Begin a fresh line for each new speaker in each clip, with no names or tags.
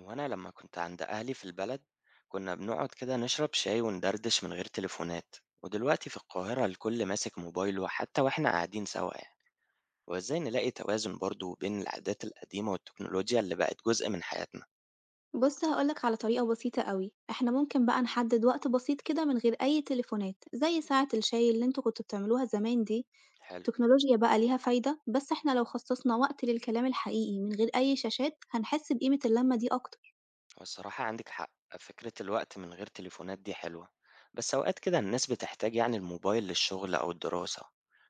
هو أنا لمّا كنت عند أهلي في البلد، كنا بنقعد كده نشرب شاي وندردش من غير تليفونات، ودلوقتي في القاهرة الكل ماسك موبايله حتى وإحنا قاعدين سوا يعني، وإزاي نلاقي توازن برضه بين العادات القديمة والتكنولوجيا اللي بقت جزء من حياتنا؟
بص هقولك على طريقة بسيطة قوي، احنا ممكن بقى نحدد وقت بسيط كده من غير أي تليفونات زي ساعة الشاي اللي انتوا كنتوا بتعملوها زمان دي.
حلو،
التكنولوجيا بقى ليها فايدة، بس احنا لو خصصنا وقت للكلام الحقيقي من غير أي شاشات هنحس بقيمة اللمة دي أكتر.
هو الصراحة عندك حق، فكرة الوقت من غير تليفونات دي حلوة، بس أوقات كده الناس بتحتاج يعني الموبايل للشغل أو الدراسة،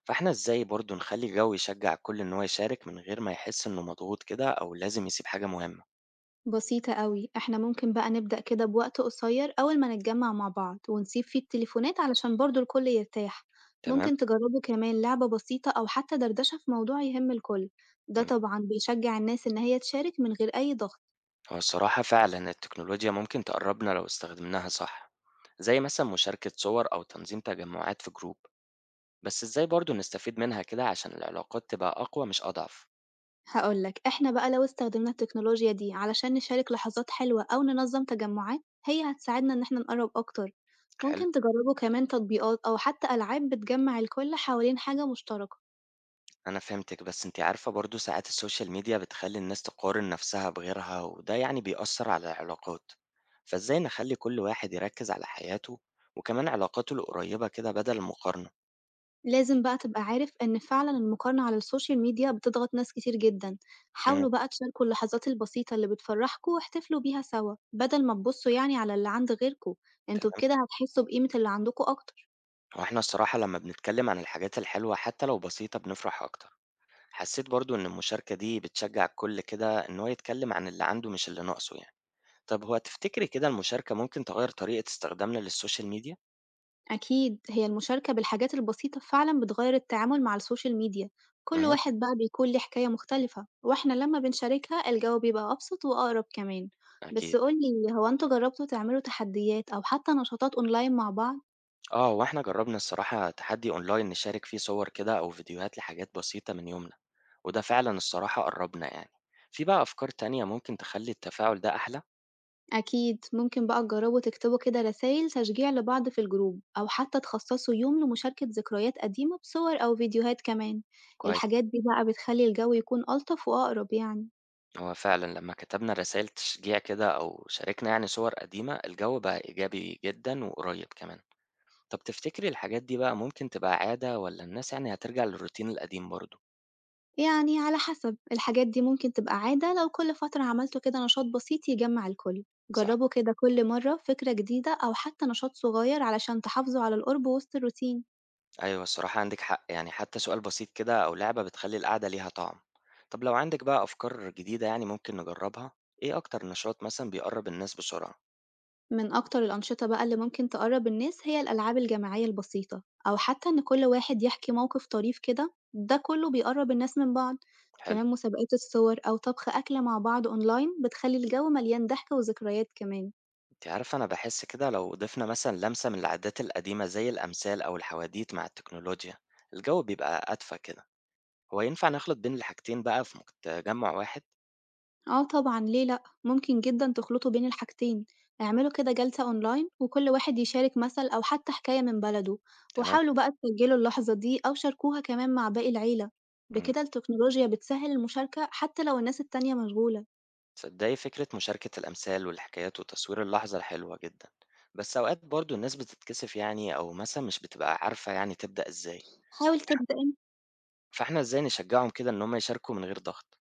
فإحنا إزاي برضه نخلي الجو يشجع الكل إن هو يشارك من غير ما يحس إنه مضغوط كده أو لازم يسيب حاجة مهمة؟
بسيطة قوي، احنا ممكن بقى نبدأ كده بوقت قصير أول ما نتجمع مع بعض ونسيب فيه التليفونات علشان برضه الكل يرتاح.
تمام؟
ممكن تجربوا كمان لعبة بسيطة أو حتى دردشة في موضوع يهم الكل. ده طبعا بيشجع الناس إن هي تشارك من غير أي ضغط.
هو الصراحة فعلا التكنولوجيا ممكن تقربنا لو استخدمناها صح، زي مثلا مشاركة صور أو تنظيم تجمعات في جروب. بس ازاي برضو نستفيد منها كده عشان العلاقات تبقى أقوى مش أضعف؟
هاقول لك، إحنا بقى لو استخدمنا التكنولوجيا دي علشان نشارك لحظات حلوة أو ننظم تجمعات، هي هتساعدنا إن إحنا نقرب أكتر.
حلو.
ممكن تجربوا كمان تطبيقات أو حتى ألعاب بتجمع الكل حوالين حاجة مشتركة.
أنا فهمتك، بس انتي عارفة برضو ساعات السوشيال ميديا بتخلي الناس تقارن نفسها بغيرها، وده يعني بيأثر على العلاقات. فازاي نخلي كل واحد يركز على حياته وكمان علاقاته القريبة كده بدل المقارنة؟
لازم بقى تبقى عارف إن فعلًا المقارنة على السوشيال ميديا بتضغط ناس كتير جدًا.
امم
حاولوا بقى تشاركوا اللحظات البسيطة اللي بتفرحكوا واحتفلوا بيها سوا، بدل ما تبصوا يعني على اللي عند غيركوا، أنتوا
تمام.
بكده هتحسوا بقيمة اللي عندكوا أكتر.
واحنا الصراحة لما بنتكلم عن الحاجات الحلوة حتى لو بسيطة بنفرح أكتر. حسيت برضو إن المشاركة دي بتشجع الكل كده إن هو يتكلم عن اللي عنده مش اللي ناقصه يعني. طب هو تفتكري كده المشاركة ممكن تغير طريقة استخدامنا للسوشيال ميديا؟
أكيد هي المشاركة بالحاجات البسيطة فعلا بتغير التعامل مع السوشيال ميديا. كل
اها،
واحد بقى بيكون ليه حكاية مختلفة، واحنا لما بنشاركها الجو بيبقى أبسط وأقرب كمان.
أكيد.
بس قولي، هو انتوا جربتوا تعملوا تحديات أو حتى نشاطات أونلاين مع بعض؟
آه وإحنا جربنا الصراحة تحدي أونلاين نشارك فيه صور كده أو فيديوهات لحاجات بسيطة من يومنا، وده فعلا الصراحة قربنا يعني. في بقى أفكار تانية ممكن تخلي التفاعل ده أحلى؟
أكيد ممكن بقى تجربوا تكتبوا كده رسايل تشجيع لبعض في الجروب، أو حتى تخصصوا يوم لمشاركة ذكريات قديمة بصور أو فيديوهات كمان.
كويس.
الحاجات دي بقى بتخلي الجو يكون ألطف وأقرب يعني.
هو فعلا لما كتبنا رسائل تشجيع كده أو شاركنا يعني صور قديمة الجو بقى إيجابي جدا وقريب كمان. طب تفتكري الحاجات دي بقى ممكن تبقى عادة والّا الناس يعني هترجع للروتين القديم برضه؟
يعني على حسب، الحاجات دي ممكن تبقى عادة لو كل فترة عملتوا كده نشاط بسيط يجمع الكل.
صح،
جربوا كده كل مرة فكرة جديدة أو حتى نشاط صغير علشان تحافظوا على القرب وسط الروتين.
أيوه الصراحة عندِك حق، يعني حتى سؤال بسيط كده أو لعبة بتخلّي القعدة ليها طعم. طب لو عندِك بقى أفكار جديدة يعني ممكن نجربها، إيه أكتر نشاط مثلًا بيقرّب الناس بسرعة؟
من أكتر الأنشطة بقى اللي ممكن تقرب الناس هي الألعاب الجماعية البسيطة، أو حتى إن كل واحد يحكي موقف طريف كده، ده كله بيقرب الناس من بعض.
حلو.
كمان مسابقات الصور أو طبخ أكلة مع بعض أونلاين بتخلي الجو مليان ضحك وذكريات كمان.
أنتِ عارفة أنا باحس كده لو ضِفنا مثلًا لمسة من العادات القديمة زي الأمثال أو الحواديت مع التكنولوجيا، الجو بيبقى أدفى كده. هو ينفع نخلط بين الحاجتين بقى في مج تجمُّع واحد؟
آه طبعًا، ليه لأ؟ ممكن جدًا تخلطوا بين الحاجتين، اعملوا كده جلسة أونلاين وكل واحد يشارك مثل أو حتى حكاية من بلده،
تمام،
وحاولوا بقى تسجلوا اللحظة دي أو شاركوها كمان مع باقي العيلة.
إمم.
بكده التكنولوجيا بتسهل المشاركة حتى لو الناس التانية مشغولة.
تصدقي فكرة مشاركة الأمثال والحكايات وتصوير اللحظة حلوة جدا. بس أوقات برضو الناس بتتكسف يعني أو مثلا مش بتبقى عارفة يعني تبدأ إزاي.
حاول تبدأ أنت.
فإحنا إزاي نشجعهم كده إن هم يشاركوا من غير ضغط؟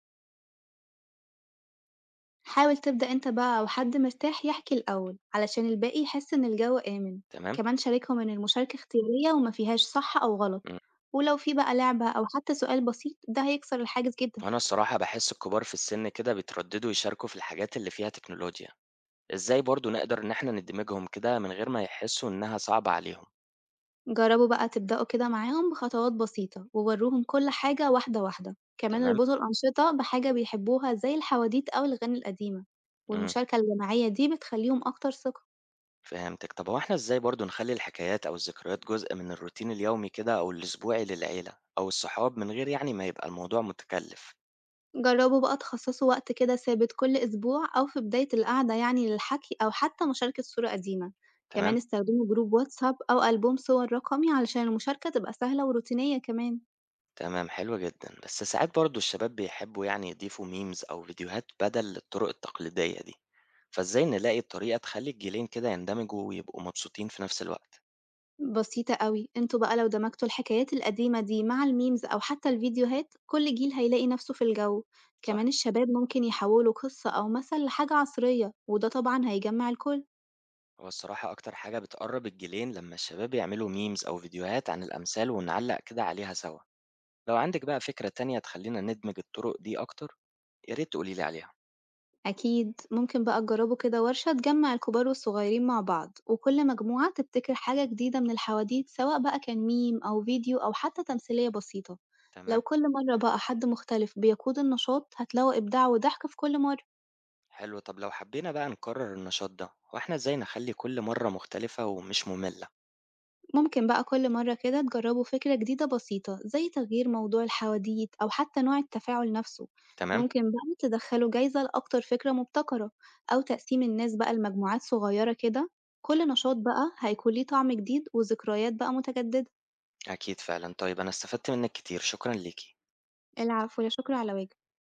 حاول تبدأ أنت بقى، أو حد مرتاح يحكي الأول علشان الباقي يحس إن الجو آمن.
تمام.
كمان شاركهم إن المشاركة اختيارية وما فيهاش صح أو غلط،
مم.
ولو في بقى لعبة أو حتى سؤال بسيط ده هيكسر الحاجز جدًا.
وأنا الصراحة بحس الكبار في السن كده بيترددوا يشاركوا في الحاجات اللي فيها تكنولوجيا. إزاي برضو نقدر إن إحنا ندمجهم كده من غير ما يحسوا إنها صعبة عليهم؟
جرّبوا بقى تبدأوا كده معاهم بخطوات بسيطة، ووروهم كل حاجة واحدة واحدة، كمان
تمام.
اربطوا الأنشطة بحاجة بيحبوها زي الحواديت أو الأغاني القديمة.
مم.
والمشاركة الجماعية دي بتخليهم أكتر ثقة.
فهمتِك. طب هو إحنا إزاي برضه نخلّي الحكايات أو الذكريات جزء من الروتين اليومي كده أو الأسبوعي للعيلة أو الصحاب من غير يعني ما يبقى الموضوع متكلِّف؟
جرّبوا بقى تخصصوا وقت كده ثابت كل أسبوع أو في بداية القعدة يعني للحكي، أو حتى مشاركة صورة قديمة.
تمام؟
كمان استخدموا جروب واتساب أو ألبوم صور رقمي علشان المشاركة تبقى سهلة وروتينية كمان.
تمام، حلو جدًا. بس ساعات برضه الشباب بيحبّوا يعني يضيفوا memes أو فيديوهات بدل الطرق التقليدية دي، فإزاي نلاقي طريقة تخلّي الجيلين كده يندمجوا ويبقوا مبسوطين في نفس الوقت؟
بسيطة أوي، انتوا بقى لو دمجتوا الحكايات القديمة دي مع الميمز أو حتى الفيديوهات كل جيل هيلاقي نفسه في الجو.
صح.
كمان الشباب ممكن يحولوا قصة أو مثل لحاجة عصرية، وده طبعا هيجمع الكل.
هو الصراحة أكتر حاجة بتقرّب الجيلين لمّا الشباب يعملوا memes أو فيديوهات عن الأمثال ونعلّق كده عليها سوا. لو عندِك بقى فكرة تانية تخلّينا ندمج الطُرُق دي أكتر، يا ريت تقولي لي عليها.
أكيد ممكن بقى تجربوا كده ورشة تجمع الكبار والصغيرين مع بعض، وكل مجموعة تبتكر حاجة جديدة من الحواديت سواء بقى كان ميم أو فيديو أو حتى تمثيلية بسيطة. لو
تمام.
كل مرة بقى حد مختلف بيقود النشاط هتلاقوا إبداع وضحك في كل مرة.
حلو، طَب لو حبّينا بقى نكرّر النشاط ده، هو إحنا إزاي نخلّي كل مرّة مختلفة ومش مُمِلّة؟
ممكن بقى كل مرة كده تجربوا فكرة جديدة بسيطة زي تغيير موضوع الحواديت أو حتى نوع التفاعل نفسه.
تمام؟
ممكن بقى تدخلوا جايزة لأكتر فكرة مبتكرة، أو تقسيم الناس بقى لمجموعات صغيرة كده. كل نشاط بقى هيكون ليه طعم جديد وذكريات بقى متجددة.
أكيد فعلًا. طيب أنا استفدت منّك كتير، شكرًا ليكِ.
العفو، لا شكر على واجب.